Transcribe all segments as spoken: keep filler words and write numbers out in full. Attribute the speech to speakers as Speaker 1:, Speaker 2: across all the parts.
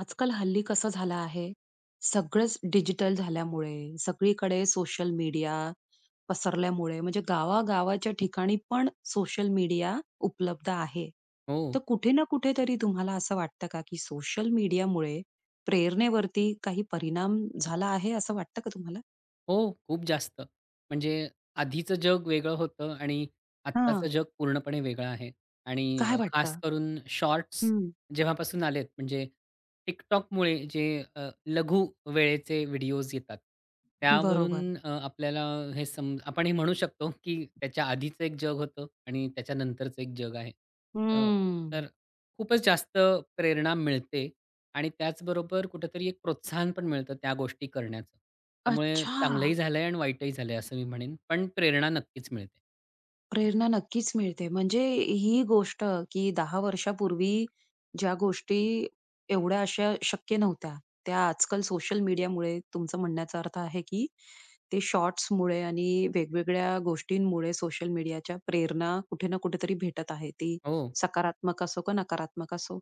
Speaker 1: आजकाल हल्ली कसं झालं आहे, सगळंच डिजिटल झाल्यामुळे, सगळीकडे सोशल मीडिया पसरल्यामुळे म्हणजे गावा-गावाच्या ठिकाणी पण सोशल मीडिया उपलब्ध आहे.
Speaker 2: हो,
Speaker 1: तर कुठे ना कुठेतरी तुम्हाला असं वाटतं का, की सोशल मीडियामुळे प्रेरणेवरती काही परिणाम झाला आहे, असं वाटतं का तुम्हाला?
Speaker 2: हो, खूप जास्त. म्हणजे आधीचं जग वेगळं होतं आणि आत्ताचं
Speaker 1: हां.
Speaker 2: जग पूर्णपणे वेगळं आहे आणि
Speaker 1: काय
Speaker 2: अ, खास
Speaker 1: वाटतं?
Speaker 2: करून शॉर्ट्स
Speaker 1: हं.
Speaker 2: जेव्हापासून आलेत म्हणजे TikTokमुळे जे अ, लघु वेळेचे व्हिडिओज येतात,
Speaker 1: बरोबर.
Speaker 2: त्यावरून अ, आपल्याला हे सम आपण हे म्हणू शकतो, की त्याच्या आधीचं एक जग होतं आणि त्याच्यानंतरचं एक जग आहे. अ,
Speaker 1: हम्म.
Speaker 2: तर खूपच जास्त प्रेरणा मिळते आणि त्याचबरोबर कुठेतरी एक प्रोत्साहन पण मिळतं त्या गोष्टी करण्याचं. त्यामुळे
Speaker 1: अच्छा.
Speaker 2: चांगलंही झालंय आणि वाईटही झालंय असं मी म्हणेन. पण प्रेरणा नक्कीच मिळते.
Speaker 1: प्रेरणा नक्कीच मिळते. म्हणजे ही गोष्ट की दहा वर्षापूर्वी ज्या गोष्टी एवढ्या अशा शक्य नव्हत्या, त्या आजकाल सोशल मीडियामुळे तुमचं म्हणण्याचा अर्थ आहे की ते शॉर्ट्समुळे आणि वेगवेगळ्या गोष्टींमुळे सोशल मीडियाच्या प्रेरणा कुठे ना कुठेतरी भेटत आहे. ती
Speaker 2: हो.
Speaker 1: सकारात्मक असो का नकारात्मक असो.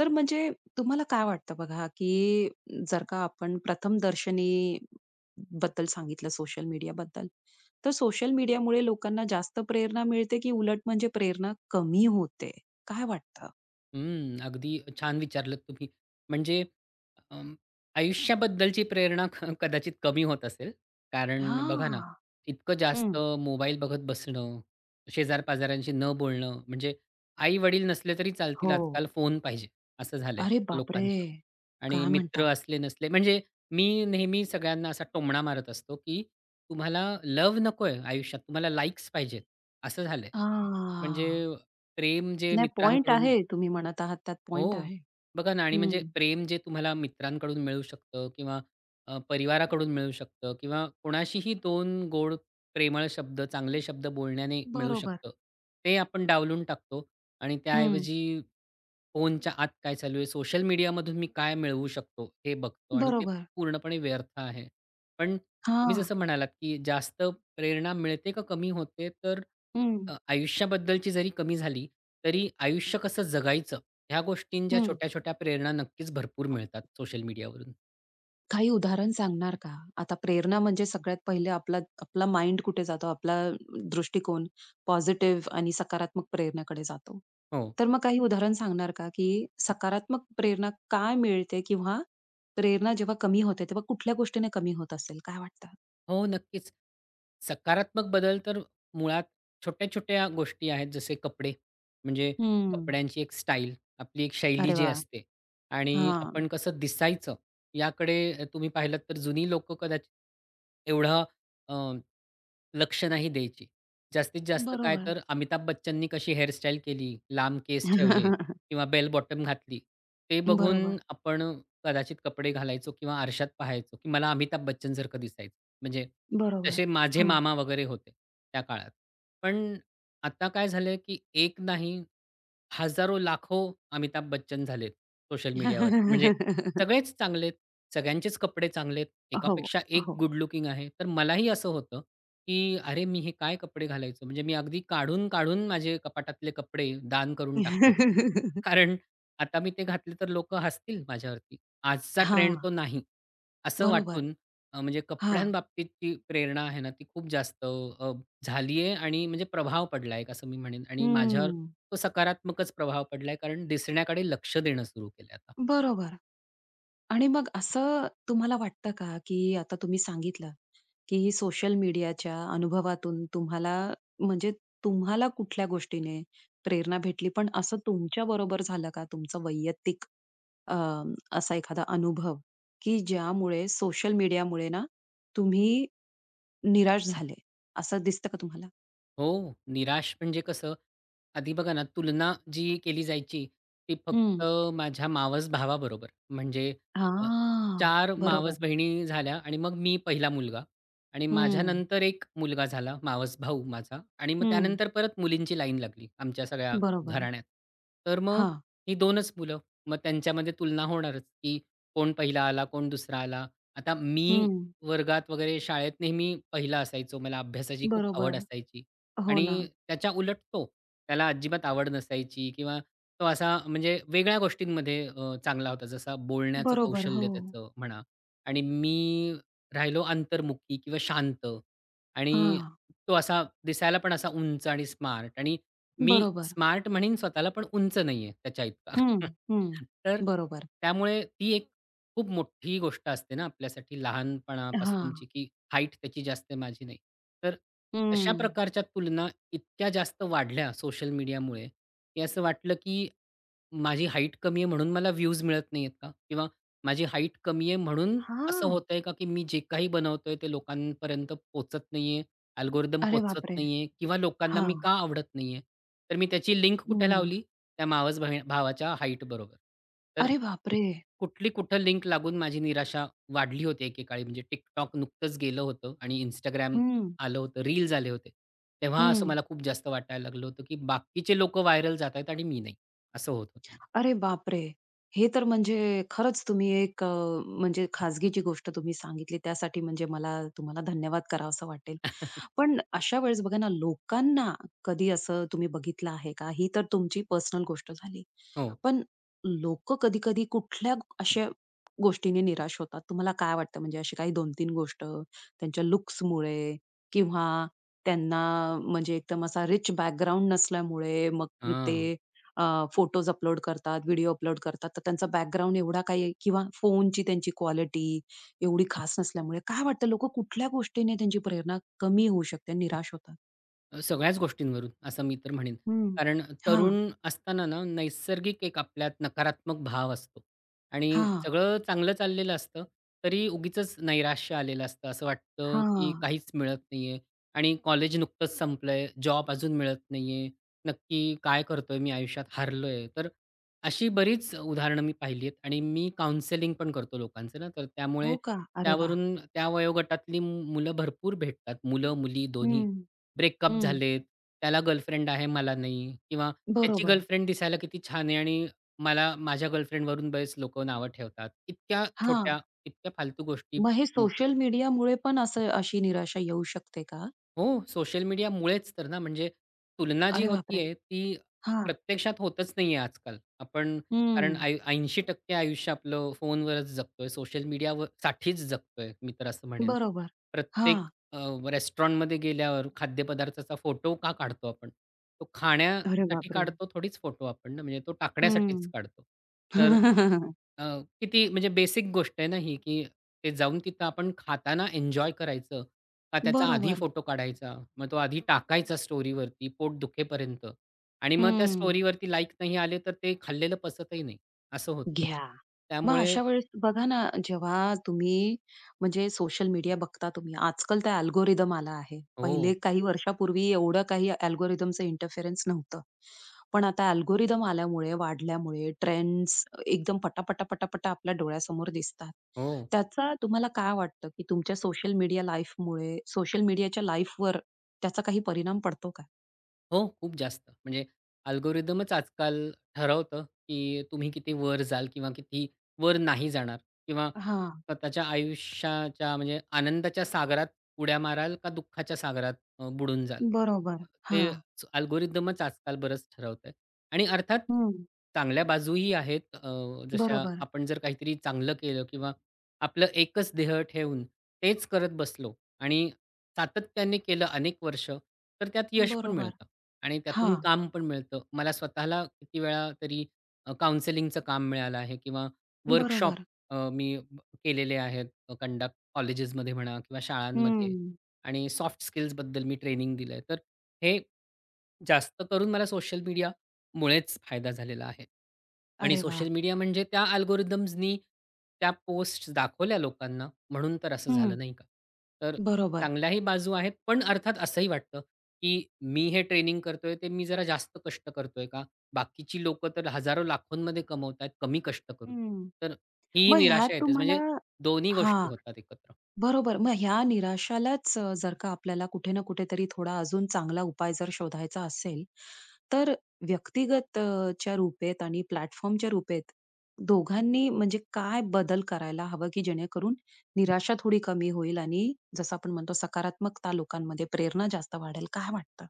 Speaker 1: तर म्हणजे तुम्हाला काय वाटतं बघा, की जर का आपण प्रथमदर्शनी बद्दल सांगितलं सोशल मीडियाबद्दल. तर सोशल मीडियामुळे लोकांना जास्त प्रेरणा मिळते, की उलट म्हणजे प्रेरणा कमी होते? काय वाटतं?
Speaker 2: हं, अगदी छान विचारलत तुम्ही. म्हणजे अं, आयुष्याबद्दलची प्रेरणा क कदाचित कमी होत असेल. कारण बघा ना,
Speaker 1: हां.
Speaker 2: इतकं जास्त
Speaker 1: हं.
Speaker 2: मोबाईल बघत बसणं, शेजार-पाजाऱ्यांशी न बोलणं, म्हणजे आई-वडील नसले तरी चालतील
Speaker 1: हो.
Speaker 2: आजकाल फोन पाहिजे, असं झालंय
Speaker 1: अरे बापरे!
Speaker 2: लोकांचं. आणि
Speaker 1: काय
Speaker 2: मित्र
Speaker 1: म्हणता?
Speaker 2: असले नसले म्हणजे मी नेहमी सगळ्यांना असा टोमणा मारत असतो, की तुम्हाला लव्ह नकोय आयुष्यात, तुम्हाला लाइक्स पाहिजेत, असं झालंय. म्हणजे
Speaker 1: हां.
Speaker 2: प्रेम जे
Speaker 1: नाही, पॉइंट
Speaker 2: मित्रांकडून
Speaker 1: आहे. तुम्ही म्हणत आहात त्यात
Speaker 2: हो.
Speaker 1: पॉइंट आहे.
Speaker 2: बघा ना आणि
Speaker 1: हं.
Speaker 2: म्हणजे प्रेम जे तुम्हाला मित्रांकडून मिळू शकतं किंवा अ, परिवाराकडून मिळू शकतं किंवा कोणाशीही दोन गोड प्रेमळ शब्द, चांगले शब्द बोलण्याने मिळू
Speaker 1: बरोबर.
Speaker 2: शकतं. ते आपण डावलून टाकतो आणि
Speaker 1: हं.
Speaker 2: त्याऐवजी फोनच्या आत काय चालू आहे? सोशल मीडियामधून मी काय मिळवू शकतो? हे बघतो आणि ते
Speaker 1: बरोबर.
Speaker 2: पूर्णपणे व्यर्थ आहे. पण तुम्ही
Speaker 1: हां.
Speaker 2: जसं म्हणालात, की जास्त प्रेरणा मिळते का कमी होते? तर
Speaker 1: हं.
Speaker 2: अ, आयुष्याबद्दलची जरी कमी झाली, तरी आयुष्य कसं जगायचं ह्या गोष्टींच्या
Speaker 1: हं.
Speaker 2: छोट्या-छोट्या प्रेरणा नक्कीच भरपूर मिळतात सोशल मीडियावरून.
Speaker 1: काही उदाहरण सांगणार का? आता प्रेरणा म्हणजे सगळ्यात पहिले आपला आपला माइंड कुठे जातो, आपला दृष्टिकोन पॉझिटिव्ह आणि सकारात्मक प्रेरणाकडे जातो.
Speaker 2: हो.
Speaker 1: तर मग काही उदाहरण सांगणार का, की सकारात्मक प्रेरणा काय मिळते किंवा प्रेरणा जेव्हा कमी होते, तेव्हा कुठल्या गोष्टीने कमी होत असेल? काय वाटतं?
Speaker 2: हो, नक्कीच. सकारात्मक बदल तर मुळात छोट्या-छोट्या गोष्टी आहेत, जसे कपडे. म्हणजे
Speaker 1: हं.
Speaker 2: कपड्यांची एक स्टाईल, आपली एक शैली
Speaker 1: अरे
Speaker 2: जी
Speaker 1: वाह!
Speaker 2: असते आणि
Speaker 1: हां.
Speaker 2: आपण कसं दिसायचं याकडे तुम्ही पाहिलात तर जुनी लोकं कदाचित एवढं अ, लक्ष नाही द्यायची. जास्तीत जास्त काय
Speaker 1: बरोबर.
Speaker 2: तर अमिताभ बच्चननी कशी हेअरस्टाईल केली, लांब केस ठेवले किंवा बेल बॉटम घातली. ते बघून
Speaker 1: बरोबर,
Speaker 2: आपण कदाचित कपडे घालायचो किंवा आरशात पाहायचो, की मला अमिताभ बच्चनसारखं दिसायचं. म्हणजे
Speaker 1: बरोबर.
Speaker 2: तसे माझे
Speaker 1: हां.
Speaker 2: मामा वगैरे होते त्या काळात. पण आता काय झालंय, की एक नाही हजारो-लाखो अमिताभ बच्चन झालेत सोशल मीडियावरती. म्हणजे सगळेच चांगले आहेत, सगळ्यांचेच कपडे चांगलेत, आहेत,
Speaker 1: हो,
Speaker 2: एकापेक्षा एक
Speaker 1: हो.
Speaker 2: गुड लुकिंग आहे. तर मलाही असं होतं, की अरे मी हे काय कपडे घालायचो? म्हणजे मी अगदी काढून-काढून माझे कपाटातले कपडे दान करून टाकलेत. कारण आता मी ते घातले तर लोकं हसतील माझ्यावरती. आजचा ट्रेंड तो
Speaker 1: हां.
Speaker 2: नाही. असं
Speaker 1: बरोबर.
Speaker 2: वाटून अ, म्हणजे
Speaker 1: हां.
Speaker 2: कपड्यांबाबतीतची प्रेरणा आहे ना, ती खूप जास्त अ, झाली आणि म्हणजे प्रभाव पडला आहे, असं मी म्हणेन आणि माझ्यावर
Speaker 1: हम्म.
Speaker 2: तो सकारात्मकच प्रभाव पडलाय कारण दिसण्याकडे लक्ष देणं सुरू केलंय.
Speaker 1: बरोबर. आणि मग असं तुम्हाला वाटतं का, की आता तुम्ही सांगितलं, की सोशल मीडियाच्या अनुभवातून तुम्हाला म्हणजे तुम्हाला कुठल्या गोष्टीने प्रेरणा भेटली? पण असं तुमच्या बरोबर झालं का तुमचा वैयक्तिक अ, असा एखादा अनुभव, की ज्यामुळे सोशल मीडियामुळे ना तुम्ही निराश झाले, असं दिसतं का तुम्हाला?
Speaker 2: हो, निराश म्हणजे कसं, आधी बघा ना, तुलना जी केली जायची, ती फक्त
Speaker 1: हं.
Speaker 2: माझ्या मावस भावाबरोबर. म्हणजे अ,
Speaker 1: हां.
Speaker 2: चार
Speaker 1: बरोबर.
Speaker 2: मावस बहिणी झाल्या आणि मग मी पहिला मुलगा आणि
Speaker 1: हं.
Speaker 2: माझ्यानंतर एक मुलगा झाला, मावस भाऊ माझा आणि मग
Speaker 1: हं.
Speaker 2: त्यानंतर परत मुलींची लाईन लागली आमच्या सगळ्या
Speaker 1: बरोबर.
Speaker 2: घराण्यात. तर मग
Speaker 1: हां.
Speaker 2: ही 2च मुलं, मग त्यांच्यामध्ये तुलना होणारच, की कोण पहिला आला, कोण दुसरा आला. आता मी
Speaker 1: हं.
Speaker 2: वर्गात वगैरे शाळेत नेहमी पहिला असायचो. मला अभ्यासाची खूप
Speaker 1: बरोबर.
Speaker 2: आवड असायची.
Speaker 1: हो ना.
Speaker 2: आणि त्याच्या उलट तो, त्याला अजिबात आवड नसायची किंवा तो असा म्हणजे वेगळ्या गोष्टींमध्ये अ, चांगला होता. जसं बोलण्याचं
Speaker 1: बरोबर. हो.
Speaker 2: कौशल्य त्याचं म्हणा आणि मी राहिलो अंतर्मुखी किंवा शांत आणि
Speaker 1: हां.
Speaker 2: तो असा दिसायला पण असा उंच आणि स्मार्ट आणि मी
Speaker 1: बरोबर.
Speaker 2: स्मार्ट म्हणीन स्वतःला पण उंच नाहीये त्याच्या इतका.
Speaker 1: हं, हं.
Speaker 2: तर
Speaker 1: बरोबर.
Speaker 2: त्यामुळे ती एक खूप मोठी गोष्ट असते ना आपल्यासाठी
Speaker 1: हां.
Speaker 2: लहानपणापासूनची, की हाईट त्याची जास्त आहे, माझी नाही. तर तशा
Speaker 1: हं.
Speaker 2: प्रकारच्या तुलना इतक्या जास्त वाढल्या सोशल मीडियामुळे, की असं वाटलं, की माझी हाईट कमी आहे म्हणून मला व्ह्यूज मिळत नाहीयेत का? किंवा माझी हाईट कमी आहे म्हणून असं
Speaker 1: हां.
Speaker 2: होतंय का, की मी जे काही बनवतोय ते लोकांपर्यंत पोहचत नाहीये, अल्गोरिदम
Speaker 1: अरे
Speaker 2: पोहचत
Speaker 1: बापरे!
Speaker 2: नाहीये किंवा लोकांना मी
Speaker 1: हां.
Speaker 2: का आवडत नाहीये? तर मी त्याची लिंक कुठे
Speaker 1: हं.
Speaker 2: लावली? त्या मावस बही भावाच्या हाईट बरोबर. तर
Speaker 1: अरे बापरे!
Speaker 2: कुठली कुठं लिंक लागून माझी निराशा वाढली होती एकेकाळी. म्हणजे TikTok नुकतंच गेलं होतं आणि Instagram
Speaker 1: हं,
Speaker 2: आलं होतं, रील्स आले होते. तेव्हा असं
Speaker 1: हं.
Speaker 2: मला खूप जास्त वाटायला लागलं होतं, की बाकीचे लोकं व्हायरल जातायत आणि मी नाही. असं होत होतं मला.
Speaker 1: अरे बापरे! हे तर म्हणजे खरंच तुम्ही एक अ, म्हणजे खाजगीची गोष्ट तुम्ही सांगितली त्यासाठी म्हणजे मला तुम्हाला धन्यवाद करावासा वाटेल. पण अशा वेळेस बघा ना, लोकांना कधी असं तुम्ही बघितलं आहे का? ही तर तुमची पर्सनल गोष्ट झाली.
Speaker 2: हो.
Speaker 1: पण लोकं कधी-कधी कुठल्या अशा गोष्टीने निराश होतात? तुम्हाला काय वाटतं म्हणजे अशी काही दोन-तीन गोष्ट त्यांच्या लुक्समुळे किंवा त्यांना म्हणजे एकदम असा रिच बॅकग्राऊंड नसल्यामुळे मग
Speaker 2: हां.
Speaker 1: ते फोटोज अपलोड करतात, व्हिडिओ अपलोड करतात. तर त्यांचा बॅकग्राऊंड एवढा काही किंवा फोनची त्यांची क्वालिटी एवढी खास नसल्यामुळे काय वाटतं लोकं कुठल्या गोष्टीने त्यांची प्रेरणा कमी होऊ शकते, निराश होतात?
Speaker 2: अ, सगळ्याच गोष्टींवरून असं मी तर म्हणेन.
Speaker 1: हं.
Speaker 2: कारण
Speaker 1: हां,
Speaker 2: तरुण असताना ना, नैसर्गिक एक आपल्यात नकारात्मक भाव असतो आणि
Speaker 1: हां,
Speaker 2: सगळं चांगलं चाललेलं असतं, तरी उगीचच नैराश्य आलेलं असतं. असं वाटतं, की
Speaker 1: हां.
Speaker 2: काहीच मिळत नाहीये आणि कॉलेज नुकतंच संपलंय, जॉब अजून मिळत नाहीये. नक्की काय करतोय मी आयुष्यात? हारलोय. तर अशी बरीच उदाहरणं मी पाहिली आहेत आणि मी काउन्सेलिंग पण करतो लोकांचं ना, तर त्यामुळे
Speaker 1: हो का? अरे वाह!
Speaker 2: त्यावरून त्या वयोगटातली मुलं भरपूर भेटतात, मुलं-मुली दोन्ही.
Speaker 1: हं.
Speaker 2: ब्रेकअप
Speaker 1: हं.
Speaker 2: झालेत, त्याला गर्लफ्रेंड आहे, मला नाही किंवा त्याची
Speaker 1: बरोबर.
Speaker 2: गर्लफ्रेंड दिसायला किती छान आहे आणि मला माझ्या गर्लफ्रेंडवरून बरेच लोकं नावं ठेवतात. इतक्या
Speaker 1: हां.
Speaker 2: छोट्या, इतक्या फालतू गोष्टी.
Speaker 1: मग हे सोशल मीडियामुळे पण असं अशी निराशा येऊ शकते का?
Speaker 2: हो, सोशल मीडियामुळेच तर ना, म्हणजे तुलना जी
Speaker 1: अरे बापरे!
Speaker 2: होतीये ती
Speaker 1: हां.
Speaker 2: प्रत्यक्षात होतच नाहीये आजकाल. आपण कारण
Speaker 1: हं.
Speaker 2: ऐं ऐंशी टक्के आयुष्य आपलं फोनवरच जगतोय, सोशल मीडियावर साठीच जगतोय, मी तर असं म्हणेन.
Speaker 1: बरोबर. हां.
Speaker 2: प्रत्येक अ, रेस्टॉरंटमध्ये गेल्यावर खाद्यपदार्थाचा फोटो का काढतो आपण? तो
Speaker 1: अरे
Speaker 2: खाण्यासाठी
Speaker 1: बापरे!
Speaker 2: काढतो थोडीच फोटो आपण ना, म्हणजे तो टाकण्यासाठीच
Speaker 1: हं.
Speaker 2: काढतो. तर अ, किती म्हणजे बेसिक गोष्ट आहे ना ही, की ते जाऊन तिथं आपण खाताना एन्जॉय करायचं का त्याचा आधी
Speaker 1: बरोबर.
Speaker 2: फोटो काढायचा, मग तो आधी हं. टाकायचा स्टोरीवरती पोट दुखेपर्यंत आणि मग त्या हं.
Speaker 1: हं.
Speaker 2: स्टोरीवरती लाइक नाही आले, तर ते खाल्लेलं पचतही नाही, असं होतं.
Speaker 1: घ्या. मग
Speaker 2: त्यामुळे
Speaker 1: अशा वेळेस बघा ना, जेव्हा तुम्ही म्हणजे सोशल मीडिया बघता तुम्ही, आजकाल त्या अल्गोरिदम आला आहे. पहिले
Speaker 2: हो,
Speaker 1: काही वर्षापूर्वी एवढं काही अल्गोरिदमचं इंटरफेरन्स नव्हतं. पण आता अल्गोरिदम आल्यामुळे, वाढल्यामुळे ट्रेंड्स एकदम पटापटा, पटापटा आपल्या डोळ्यासमोर दिसतात.
Speaker 2: हो.
Speaker 1: त्याचा तुम्हाला काय वाटतं, की तुमच्या सोशल मीडिया लाईफमुळे सोशल मीडियाच्या लाईफवर त्याचा काही परिणाम पडतो का?
Speaker 2: हो, खूप जास्त. म्हणजे अल्गोरिदमच आजकाल ठरवतं, की तुम्ही किती वर जाल किंवा किती वर नाही जाणार किंवा
Speaker 1: हां,
Speaker 2: स्वतःच्या आयुष्याच्या म्हणजे आनंदाच्या सागरात उड्या माराल का दुःखाच्या सागरात अ, बुडून जाल.
Speaker 1: बरोबर.
Speaker 2: ते
Speaker 1: हां.
Speaker 2: अल्गोरिदमच आजकाल बरंच ठरवतंय आणि अर्थात
Speaker 1: हं,
Speaker 2: चांगल्या बाजूही आहेत. अ, जशा
Speaker 1: बरोबर,
Speaker 2: आपण जर काहीतरी चांगलं केलं किंवा आपलं एकच ध्येय ठेवून तेच करत बसलो आणि सातत्याने केलं अनेक वर्ष, तर त्यात यश पण
Speaker 1: बरोबर.
Speaker 2: मिळतं. आणि त्यातून
Speaker 1: हां.
Speaker 2: काम पण मिळतं. मला स्वतःला किती वेळा तरी अ, काउन्सेलिंगचं काम मिळालं आहे किंवा वर्कशॉप
Speaker 1: बरोबर.
Speaker 2: अ, मी ब- केलेले आहेत कंडक्ट कॉलेजेसमध्ये म्हणा किंवा
Speaker 1: हं.
Speaker 2: शाळांमध्ये आणि सॉफ्ट स्किल्सबद्दल मी ट्रेनिंग दिलं आहे. तर हे जास्त करून मला सोशल मीडियामुळेच फायदा झालेला आहे. आणि
Speaker 1: अरे वा,
Speaker 2: सोशल मीडिया म्हणजे त्या अल्गोरिथम्सनी त्या पोस्ट्स दाखवल्या लोकांना म्हणून तर असं
Speaker 1: हं.
Speaker 2: झालं नाही का? तर
Speaker 1: बरोबर.
Speaker 2: चांगल्याही बाजू आहेत पण अर्थात असंही वाटतं की मी हे ट्रेनिंग करतोय ते मी जरा जास्त कष्ट करतोय का? बाकीची लोकं तर हजारो लाखोंमध्ये कमवतायत कमी कष्ट करून.
Speaker 1: हं.
Speaker 2: तर ही
Speaker 1: मग ह्यात
Speaker 2: निराशा येतेच
Speaker 1: तुम्हाला
Speaker 2: म्हणजे दोन्ही
Speaker 1: हां,
Speaker 2: गोष्टी होतात एकत्र.
Speaker 1: बरोबर. मग ह्या निराशालाच अ, जर का आपल्याला कुठे ना कुठेतरी थोडा अजून चांगला उपाय जर शोधायचा असेल, तर व्यक्तिगत अ, च्या रूपेत आणि प्लॅटफॉर्मच्या रूपेत दोघांनी म्हणजे काय बदल करायला हवं, की जेणेकरून निराशा थोडी कमी होईल आणि जसं आपण म्हणतो सकारात्मकता लोकांमध्ये, प्रेरणा जास्त वाढेल, काय वाटतं?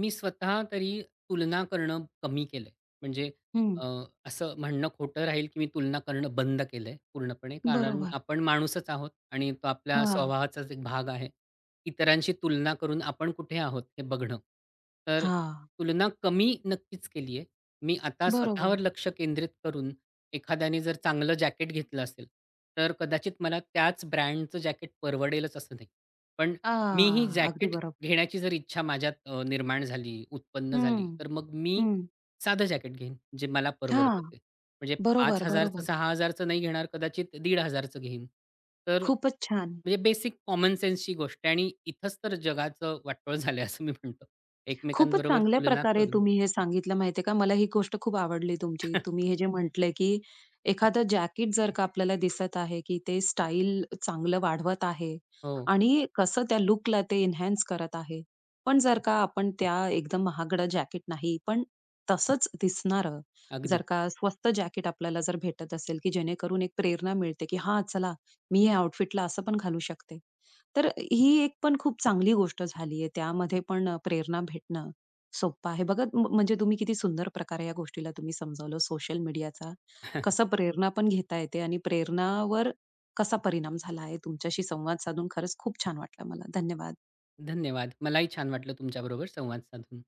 Speaker 2: मी स्वतः तरी तुलना करणं कमी केलंय. म्हणजे
Speaker 1: हं.
Speaker 2: अ, असं म्हणणं खोटं राहील, की मी तुलना करणं बंद केलंय पूर्णपणे. कारण
Speaker 1: बरोबर.
Speaker 2: आपण माणूसच आहोत आणि तो आपल्या
Speaker 1: हां,
Speaker 2: स्वभावाचाच एक भाग आहे. इतरांशी तुलना करून आपण कुठे आहोत हे बघणं. तर
Speaker 1: हां.
Speaker 2: तुलना कमी नक्कीच केली आहे. मी आता स्वतःवर
Speaker 1: बरोबर.
Speaker 2: लक्ष केंद्रित करून एखाद्याने जर चांगलं जॅकेट घेतलं असेल, तर कदाचित मला त्याच ब्रँडचं जॅकेट परवडेलच असं नाही. पण
Speaker 1: आ,
Speaker 2: मीही
Speaker 1: अगदी
Speaker 2: जॅकेट
Speaker 1: बरोबर.
Speaker 2: घेण्याची जर इच्छा माझ्यात अ, निर्माण झाली, उत्पन्न झाली,
Speaker 1: हं,
Speaker 2: तर मग मी
Speaker 1: हं.
Speaker 2: साधं जॅकेट घेईन, जे मला परवडतं
Speaker 1: हां,
Speaker 2: ते. म्हणजे
Speaker 1: बरोबर,
Speaker 2: पाच हजार चं
Speaker 1: बरोबर.
Speaker 2: सहा हजार चं नाही घेणार, कदाचित पंधराशे चं घेईन. तर
Speaker 1: खूपच छान.
Speaker 2: म्हणजे बेसिक कॉमन सेन्सची गोष्ट आहे आणि इथंच तर जगाचं वाटोळ झालंय असं मी म्हणतो.
Speaker 1: खूपच
Speaker 2: एकमेकांबरोबर
Speaker 1: चांगल्या
Speaker 2: तुलना
Speaker 1: प्रकारे
Speaker 2: करून.
Speaker 1: तुम्ही हे सांगितलं माहितीये का, मला ही गोष्ट खूप आवडली तुमची. तुम्ही हे जे म्हटले, की एखादं जॅकेट जर का आपल्याला दिसत आहे, की ते स्टाईल चांगलं वाढवत आहे
Speaker 2: हो,
Speaker 1: आणि कसं त्या लूकला ते एन्हान्स करत आहे. पण जर का आपण त्या एकदम महागडं जॅकेट नाही, पण तसंच दिसणारं
Speaker 2: अगदी.
Speaker 1: जर का स्वस्त जॅकेट आपल्याला जर भेटत असेल, की जेणेकरून एक प्रेरणा मिळते, की हां, चला मी या आउटफिटला असं पण घालू शकते. तर ही एक पण खूप चांगली गोष्ट झालीये. त्यामध्ये पण अ, प्रेरणा भेटणं सोप्पं आहे. बघा म म्हणजे तुम्ही किती सुंदर प्रकारे या गोष्टीला तुम्ही समजावलं. सोशल मीडियाचा कसं प्रेरणा पण घेता येते आणि प्रेरणावर कसा परिणाम झाला आहे. तुमच्याशी संवाद साधून खरंच खूप छान वाटलं मला. धन्यवाद.
Speaker 2: धन्यवाद. मलाही छान वाटलं तुमच्याबरोबर संवाद साधून.